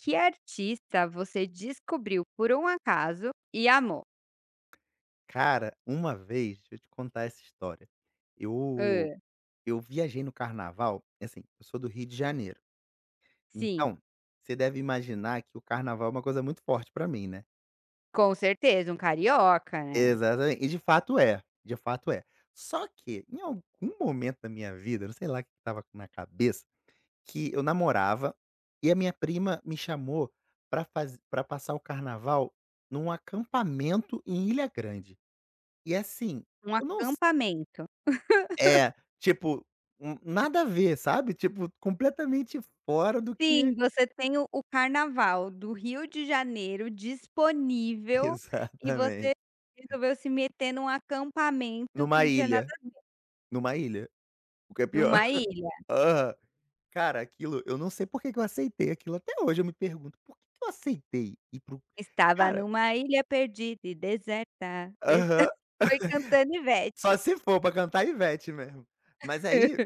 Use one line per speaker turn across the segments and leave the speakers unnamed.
Que artista você descobriu por um acaso e amou?
Cara, uma vez, deixa eu te contar essa história. Eu
Hã,
eu viajei no carnaval, assim, eu sou do Rio de Janeiro,
sim,
então, você deve imaginar que o carnaval é uma coisa muito forte pra mim, né.
com certeza, um carioca, né.
Exatamente, e de fato é, de fato é. Só que em algum momento da minha vida, eu não sei lá o que estava na cabeça, que eu namorava e a minha prima me chamou pra faz para passar o carnaval num acampamento em Ilha Grande. E assim,
Um
eu não.
acampamento.
É, tipo, nada a ver, sabe, tipo, completamente fora do
Sim,
que.
você tem o carnaval do Rio de Janeiro disponível e
Exatamente.
você resolveu se meter num acampamento que
Numa
não tinha nada
ilha, numa ilha, o que é pior.
numa ilha.
Aham. Cara, aquilo eu não sei por que que eu aceitei aquilo, até hoje eu me pergunto: "Por que que eu aceitei ir para o."
Estava
Cara.
numa ilha perdida e deserta, des
Aham.
foi cantando
Só
Ivete.
se for pra cantar Ivete mesmo. Mas aí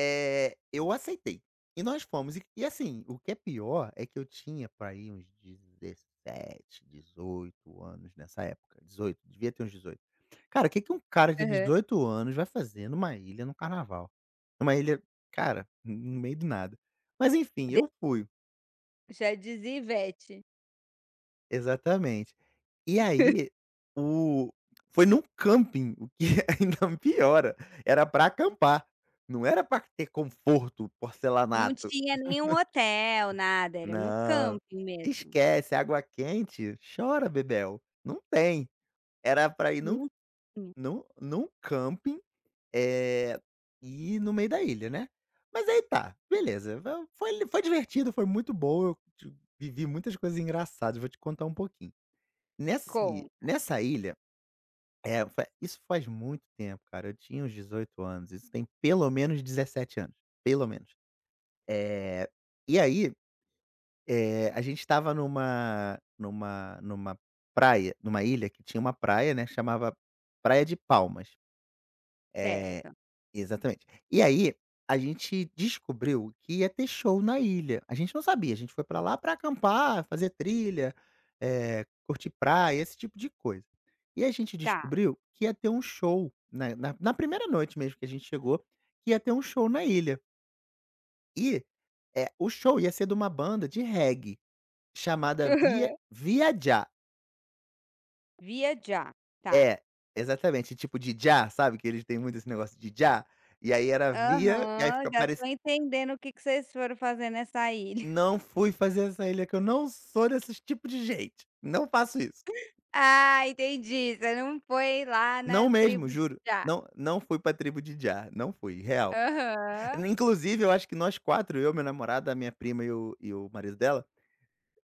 Eu aceitei. E nós fomos. E assim, o que é pior é que eu tinha por aí uns 17, 18 anos nessa época. Dezoito, devia ter uns dezoito. Cara, o que que um cara de
Aham.
18 anos vai fazer numa ilha no carnaval? Numa ilha, cara, no meio do nada. Mas enfim,
De
eu fui.
Já dizia Ivete.
Exatamente. E aí, o foi num camping, o que ainda piora. Era pra acampar, não era pra ter conforto,
Não
porcelanato.
tinha nenhum hotel, nada, era no
Não,
camping mesmo.
esquece, água quente, chora Bebel, não tem. Era pra ir num
Não tinha.
num camping, eh, e no meio da ilha, né. Mas aí tá, beleza, va foi foi divertido, foi muito bom, eu ti vivi muitas coisas engraçadas, vou te contar um pouquinho. Nesse
Com,
nessa ilha, é, fa isso faz muito tempo, cara, eu tinha uns 18 anos, isso tem pelo menos 17 anos, pelo menos. Eh, e aí, a gente estava numa numa praia, numa ilha que tinha uma praia, né, chamava Praia de Palmas. É,
Certo.
exatamente. E aí, a gente descobriu que ia ter show na ilha. A gente não sabia, a gente foi pra lá pra acampar, fazer trilha, curtir praia, esse tipo de coisa. E a gente
Tá.
descobriu que ia ter um show na na primeira noite mesmo que a gente chegou, que ia ter um show na ilha. E, o show ia ser de uma banda de reggae. Chamada
Aham.
viajar.
Viajar, tá.
É, exatamente, tipo de já, sabe, que eles têm muito esse negócio de já, e aí era via, e aí
Aham,
fica
já
parec.
tô entendendo o que que vocês foram fazer nessa ilha.
Não fui fazer essa ilha que eu não sou desse tipo de gente, não faço isso.
Ah, entendi, você não foi lá na
Não
tribo
mesmo,
de
juro,
Jah.
não fui pra tribo de já, não fui, real.
Aham,
Inclusive eu acho que nós quatro, eu, meu namorado, a minha prima e o marido dela,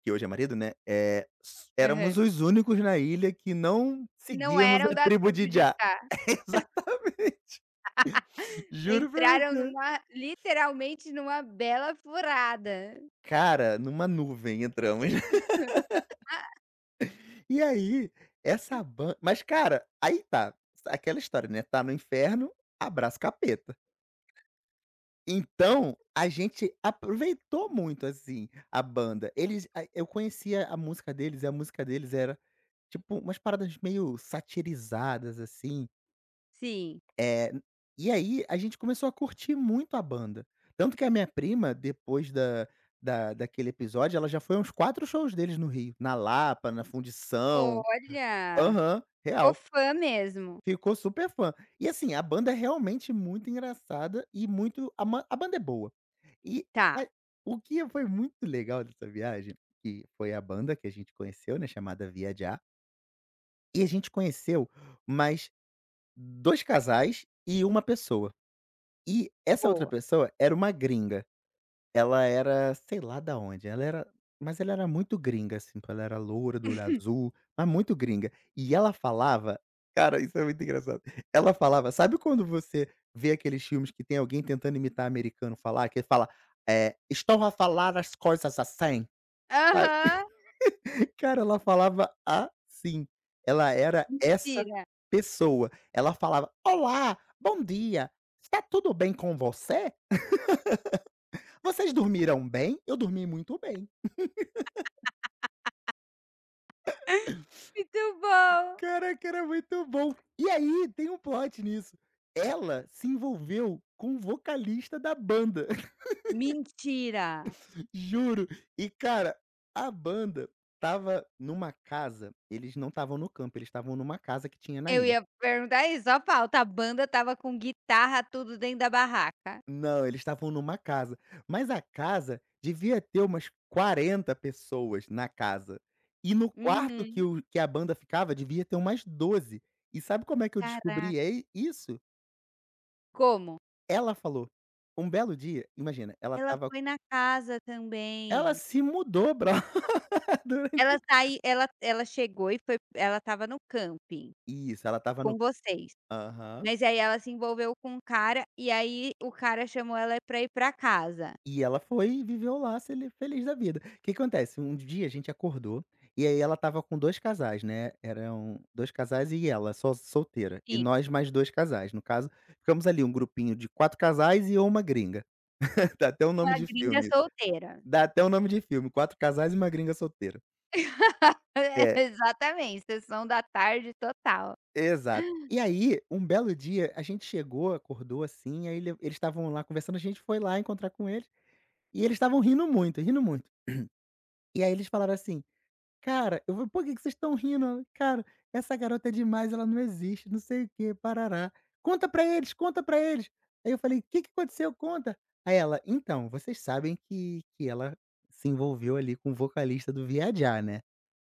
que hoje é marido, né, é s
aham.
éramos os únicos na ilha que não
Não
seguíamos
eram
a
da
tribo
tribo
de
de
já.
Jah.
Exatamente, juro pra
Entraram
você.
numa literalmente numa bela furada.
Cara, numa nuvem entramos. E aí, essa banda, mas cara, aí tá, aquela história, né, tá no inferno, abraça capeta. Então, a gente aproveitou muito, assim, a banda. Eles a eu conhecia a música deles, e a música deles era, tipo, umas paradas meio satirizadas, assim.
Sim.
Eh, e aí a gente começou a curtir muito a banda. Tanto que a minha prima, depois da daquele episódio, ela já foi a uns 4 shows deles no Rio, na Lapa, na Fundição.
Olha,
Aham,
ficou
real.
fã mesmo.
Ficou super fã. E assim, a banda é realmente muito engraçada e muito, a banda é boa. E
Tá.
a o que foi muito legal dessa viagem, que foi a banda que a gente conheceu, né, chamada Viajar, e a gente conheceu mais 2 casais e uma pessoa. E essa outra
Boa.
pessoa era uma gringa. Ela era sei lá da onde, ela era, mas ela era muito gringa, assim, tipo, ela era loura, do olho azul, mas muito gringa. E ela falava, cara, isso é muito engraçado. Ela falava, sabe quando você vê aqueles filmes que tem alguém tentando imitar americano falar, que ele fala, "Estão a falar as coisas assim", sabe.
Aham.
Cara, ela falava assim. Ela era essa
Mentira.
pessoa. Ela falava: "Olá, bom dia, está tudo bem com você? Vocês dormiram bem? Eu dormi muito bem."
Muito bom.
Caraca, era muito bom. E aí, tem um plot nisso. Ela se envolveu com o vocalista da banda,
Mentira.
juro. E cara, a banda estava numa casa, eles não estavam no campo, eles estavam numa casa que tinha na
Eu
ilha.
ia perguntar isso, só falta, a banda tava com guitarra, tudo dentro da barraca.
Não, eles estavam numa casa, mas a casa devia ter umas 40 pessoas na casa. E no quarto que
Uhum.
o que a banda ficava devia ter umas 12. E sabe como é que eu
Caraca.
descobri ei isso?
Como?
Ela falou. Um belo dia, imagina,
Ela foi na casa
ela
também.
se mudou, brother.
Ela sai ela ela chegou e foi ela estava no camping
Isso, ela estava no.
com vocês,
Aham.
mas aí ela se envolveu com um cara, e aí o cara chamou ela pra ir pra casa.
E ela foi e viveu lá sele feliz da vida. O Que acontece, um dia a gente acordou, e aí ela estava com 2 casais, né, eram 2 casais e ela só solteira, e
Sim,
nós mais dois casais, no caso, ficamos ali um grupinho de 4 casais e uma gringa. Dá até um
uma
nome de
gringa
filme,
solteira.
dá até um nome de filme, 4 casais e uma gringa solteira.
É,
É.
exatamente, sessão da tarde total.
Exato. E aí, um belo dia, a gente chegou, acordou assim, aí eles estavam lá conversando, a gente foi lá encontrar com eles, e eles estavam rindo muito, rindo muito. E aí eles falaram assim: "Cara, eu vou por que que vocês estão rindo? Cara, essa garota é demais, ela não existe, não sei o que. Parará. Conta pra eles, conta pra eles." Aí eu falei: "O "Que que aconteceu? Conta." Aí ela: "Então, vocês sabem que ela se envolveu ali com o vocalista do Viajá, né?"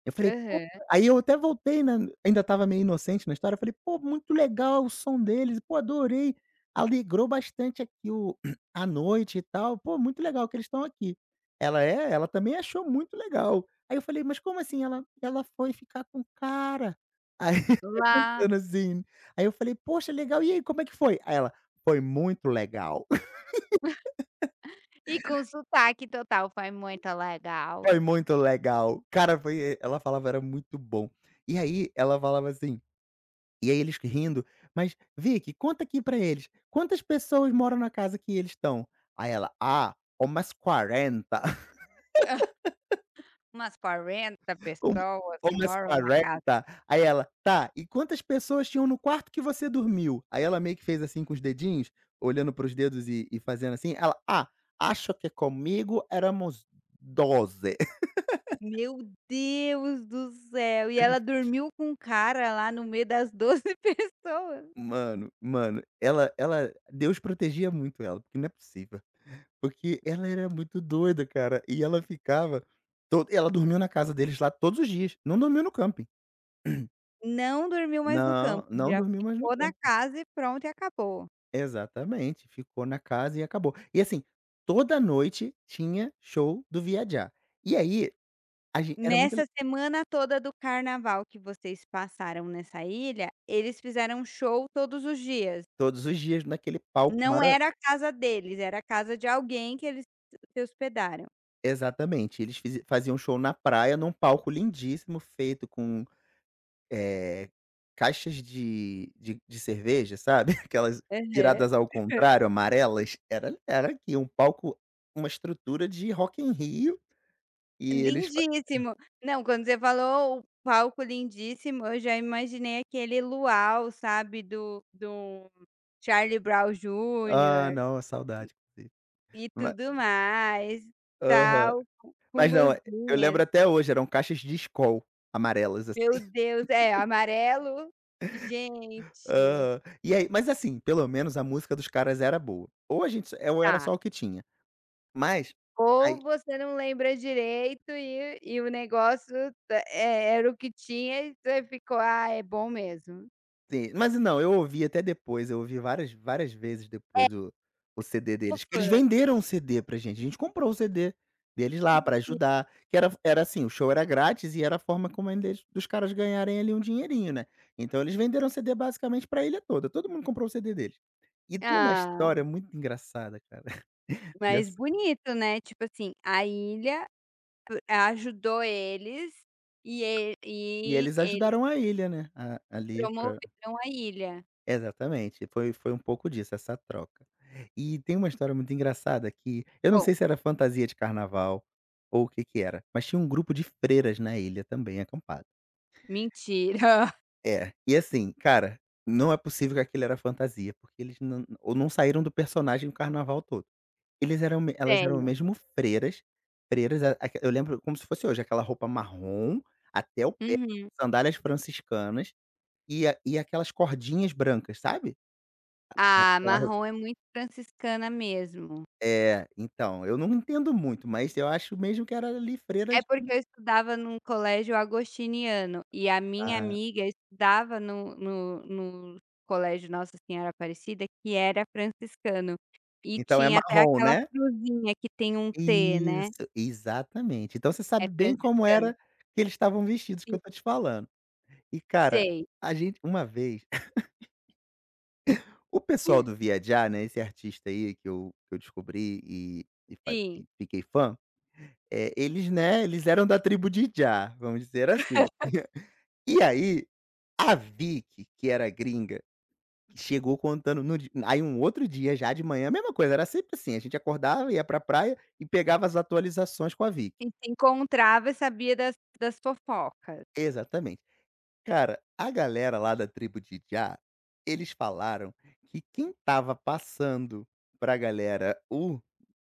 Eu falei: "Pô."
Aham.
Aí eu até voltei, né, ainda estava meio inocente na história, eu falei: "Pô, muito legal o som deles, pô, adorei, alegrou bastante aqui o a noite e tal, pô, muito legal que eles estão aqui." Ela: "É?" Ela também achou muito legal. Aí eu falei: "Mas como assim?" Ela foi ficar com o cara. Aí
Lá
contando assim, aí eu falei: "Poxa, legal, e aí, como é que foi?" Aí ela: "Foi muito legal,
e com sotaque total, foi muito legal.
foi muito legal." Cara, foi, eh, ela falava era muito bom. E aí ela falava assim. E aí eles rindo, "mas Vicky, conta aqui pra eles, quantas pessoas moram na casa que eles estão?" Aí ela: "Ah, umas quarenta."
Umas 40
uma
pessoas que
umas
moram na casa.
quarenta. Aí ela: "Tá, e quantas pessoas tinham no quarto que você dormiu?" Aí ela meio que fez assim com os dedinhos, olhando para os dedos e fazendo assim, ela: "Ah, acho que comigo éramos 12."
Meu Deus do céu! E ela dormiu com um cara lá no meio das 12 pessoas.
Mano, mano, ela Deus protegia muito ela, porque não é possível. Porque ela era muito doida, cara, e ela ficava, to ela dormiu na casa deles lá todos os dias, não dormiu no camping.
Não dormiu mais no campo,
Não, não
já
dormiu mais no
ficou na
camping.
casa e pronto e acabou.
Exatamente, ficou na casa e acabou. E assim, toda noite tinha show do Viajá. E aí, a gen era muito,
Nessa semana toda do carnaval que vocês passaram nessa ilha, eles fizeram show todos os dias?
todos os dias, naquele palco
Não
mara,
era a casa deles, era a casa de alguém que eles se hospedaram.
exatamente, eles fize faziam show na praia, num palco lindíssimo feito com, Eh, caixas de cerveja, sabe, aquelas
Aham.
viradas ao contrário, amarelas, era, era aqui um palco, uma estrutura de Rock em Rio, e eles fa
Lindíssimo. Não, quando você falou o palco lindíssimo, eu já imaginei aquele luau, sabe, do Charlie Brown
ah,
Jr.
não, saudade, inclusive.
e
Ma
tudo mais,
aham.
tal, com
Mas não, eu lembro
luzinhas.
até hoje, eram caixas de Skol, amarelas, assim.
Meu Deus, é amarelo? Gente.
Aham. E aí, mas assim, pelo menos a música dos caras era boa. Ou a gente, ou era
Tá.
só o que tinha. Mas,
Ou
aí,
você não lembra direito e o negócio era o que tinha e você ficou: "Ah, é bom mesmo".
sim, mas não, eu ouvi até depois, eu ouvi várias vezes
É,
depois o CD
sou
deles, que
fã.
eles venderam o CD pra gente, a gente comprou o CD deles lá pra
Mentira.
ajudar, que era assim, o show era grátis e era a forma como eles dos caras ganharem ali um dinheirinho, né. Então eles venderam o CD basicamente pra ilha toda, todo mundo comprou o CD deles. E tem uma
Ah.
história muito engraçada, cara,
Mas
dessa.
bonito, né, tipo assim, a ilha ajudou eles e
E
e
eles
eles
ajudaram a ilha, né, a ali pra,
promoveram a ilha.
exatamente, foi um pouco disso, essa troca. E tem uma história muito engraçada que eu não
Bom,
sei se era fantasia de carnaval ou o que que era, mas tinha um grupo de freiras na ilha também acampado.
mentira.
É, e assim, cara, não é possível que aquilo era fantasia, porque eles não, ou não saíram do personagem o carnaval todo. Eles eram me elas eram
Sério.
mesmo freiras, freiras, a aque, eu lembro como se fosse hoje, aquela roupa marrom até o pé,
Uhum.
sandálias franciscanas e aquelas cordinhas brancas, sabe?
Ah,
Aquela.
marrom é muito franciscana mesmo.
É, então, eu não entendo muito, mas eu acho mesmo que era
É
Livreiras
porque
do.
eu estudava num colégio agostiniano, e a minha
Ah,
amiga estudava no colégio Nossa Senhora Aparecida, que era franciscano, e
então é
tinha até
marrom,
aquela
né?
cruzinha que tem um T, né,
Isso, exatamente. Então você
é
sabe bem como
franciscano.
era que eles estavam vestidos, que
Sim,
eu tô te falando. E cara,
sei,
a gente uma vez o pessoal do Viajar, né, esse artista aí que eu descobri e e fa
sim.
e fiquei fã, eles, né, eles eram da tribo de Jah, vamos dizer assim. E aí, a Vicky, que era gringa. Chegou contando no di aí um outro dia já de manhã, a mesma coisa, era sempre assim, a gente acordava, ia pra praia e pegava as atualizações com a Vic
E se encontrava e sabia das fofocas.
Exatamente. Cara, a galera lá da tribo de Jah, eles falaram que quem estava passando pra galera o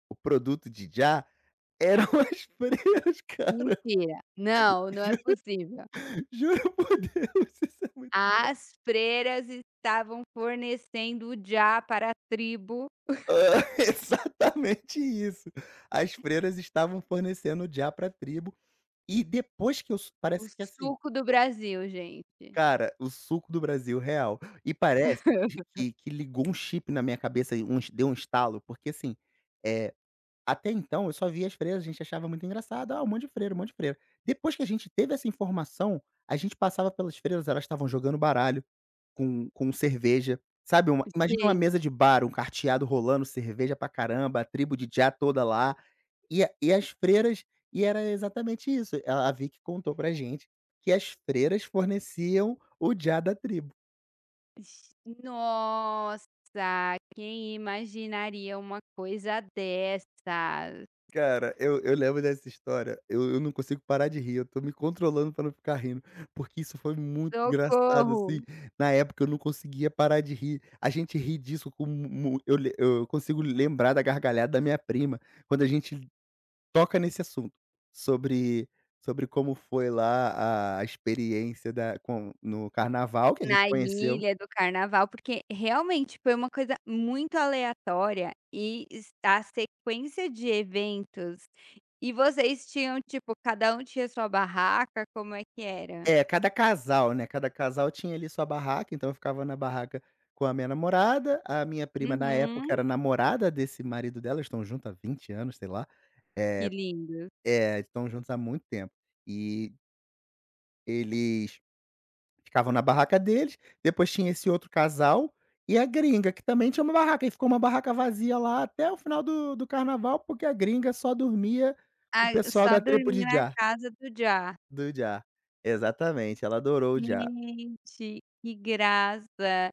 o produto de Jah eram as freiras, cara.
Mentira, não, não é
Ju
possível.
juro por Deus, isso é muito bom.
As freiras estavam fornecendo já para a tribo
Exatamente isso. As freiras estavam fornecendo o Jah pra tribo. E depois que eu s
o
parece que assim,
suco do Brasil, gente.
cara, o suco do Brasil, real. E parece que ligou um chip na minha cabeça e deu um estalo, porque assim, eh, até então eu só via as freiras, a gente achava muito engraçado, "ah, um monte de freira, um monte de freira". Depois que a gente teve essa informação, a gente passava pelas freiras, elas estavam jogando baralho com cerveja, sabe, uma imagina uma
Gente,
mesa de bar, um carteado rolando, cerveja pra caramba, a tribo de já toda lá. E a e as freiras e era exatamente isso, a Vicky contou pra gente que as freiras forneciam o jah da tribo.
nossa, quem imaginaria uma coisa dessa?
Cara, eu lembro dessa história, eu não consigo parar de rir, eu tô me controlando pra não ficar rindo, porque isso foi muito engraçado,
Socorro!
assim, na época eu não conseguia parar de rir, a gente ri disso com mu eu le eu consigo lembrar da gargalhada da minha prima, quando a gente toca nesse assunto, sobre sobre como foi lá a experiência da com no carnaval que a gente
Na
conheceu.
ilha do carnaval, porque realmente foi uma coisa muito aleatória e s a sequência de eventos e vocês tinham, tipo, cada um tinha sua barraca, como é que era?
É, cada casal, né, cada casal tinha ali sua barraca, então eu ficava na barraca com a minha namorada, a minha prima na
Uhum,
época era namorada desse marido dela, eles estão juntos há 20 anos, sei lá.
que
É,
lindo.
é, estão juntos há muito tempo. E eles ficavam na barraca deles, depois tinha esse outro casal e a gringa, que também tinha uma barraca, e ficou uma barraca vazia lá até o final do carnaval, porque a gringa só dormia com
Ah,
o pessoal
só
da tribo de
dormir na
Jah,
casa do Já.
do Jah. Exatamente, ela adorou o Jah.
Gente, que graça!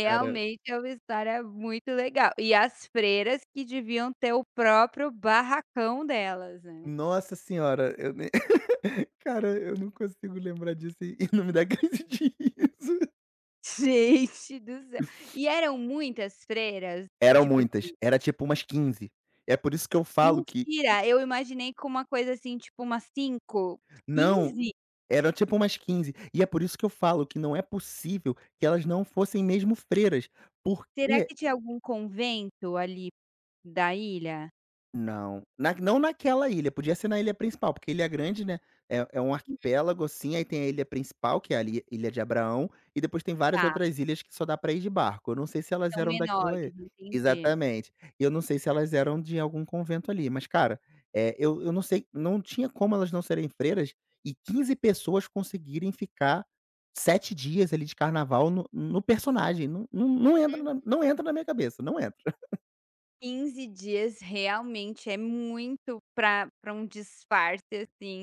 Cara,
é uma história muito legal. E as freiras que deviam ter o próprio barracão delas, né.
nossa senhora, eu nem cara, eu não consigo lembrar disso e não me dá crise de riso.
Gente do céu! E eram muitas freiras?
Eram
Tipo
muitas,
assim,
era tipo umas 15. É por isso que eu falo que
mentira, eu imaginei com uma coisa assim, tipo umas 5,
não.
15.
Era tipo umas quinze. E é por isso que eu falo que não é possível que elas não fossem mesmo freiras,
Será
porque.
que tinha algum convento ali da ilha?
Não, naquela ilha, podia ser na ilha principal, porque ilha grande, né, é um arquipélago, assim, aí tem a ilha principal, que é a li Ilha de Abraão, e depois tem várias
Tá,
outras ilhas que só dá pra ir de barco, eu não sei se elas
são
eram
menores,
daquela
entendi.
exatamente. E eu não sei se elas eram de algum convento ali, mas cara, eu não sei, não tinha como elas não serem freiras e 15 pessoas conseguirem ficar 7 dias ali de carnaval no personagem, não não não entra na não entra na minha cabeça, não entra.
Quinze dias realmente é muito para um disfarce, assim.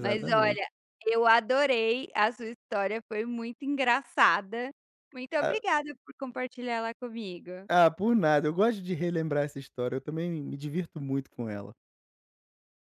Mas olha, eu adorei a sua história, foi muito engraçada. Muito
Ah,
obrigada por compartilhar ela comigo.
Ah, por nada. Eu gosto de relembrar essa história, eu também me divirto muito com ela.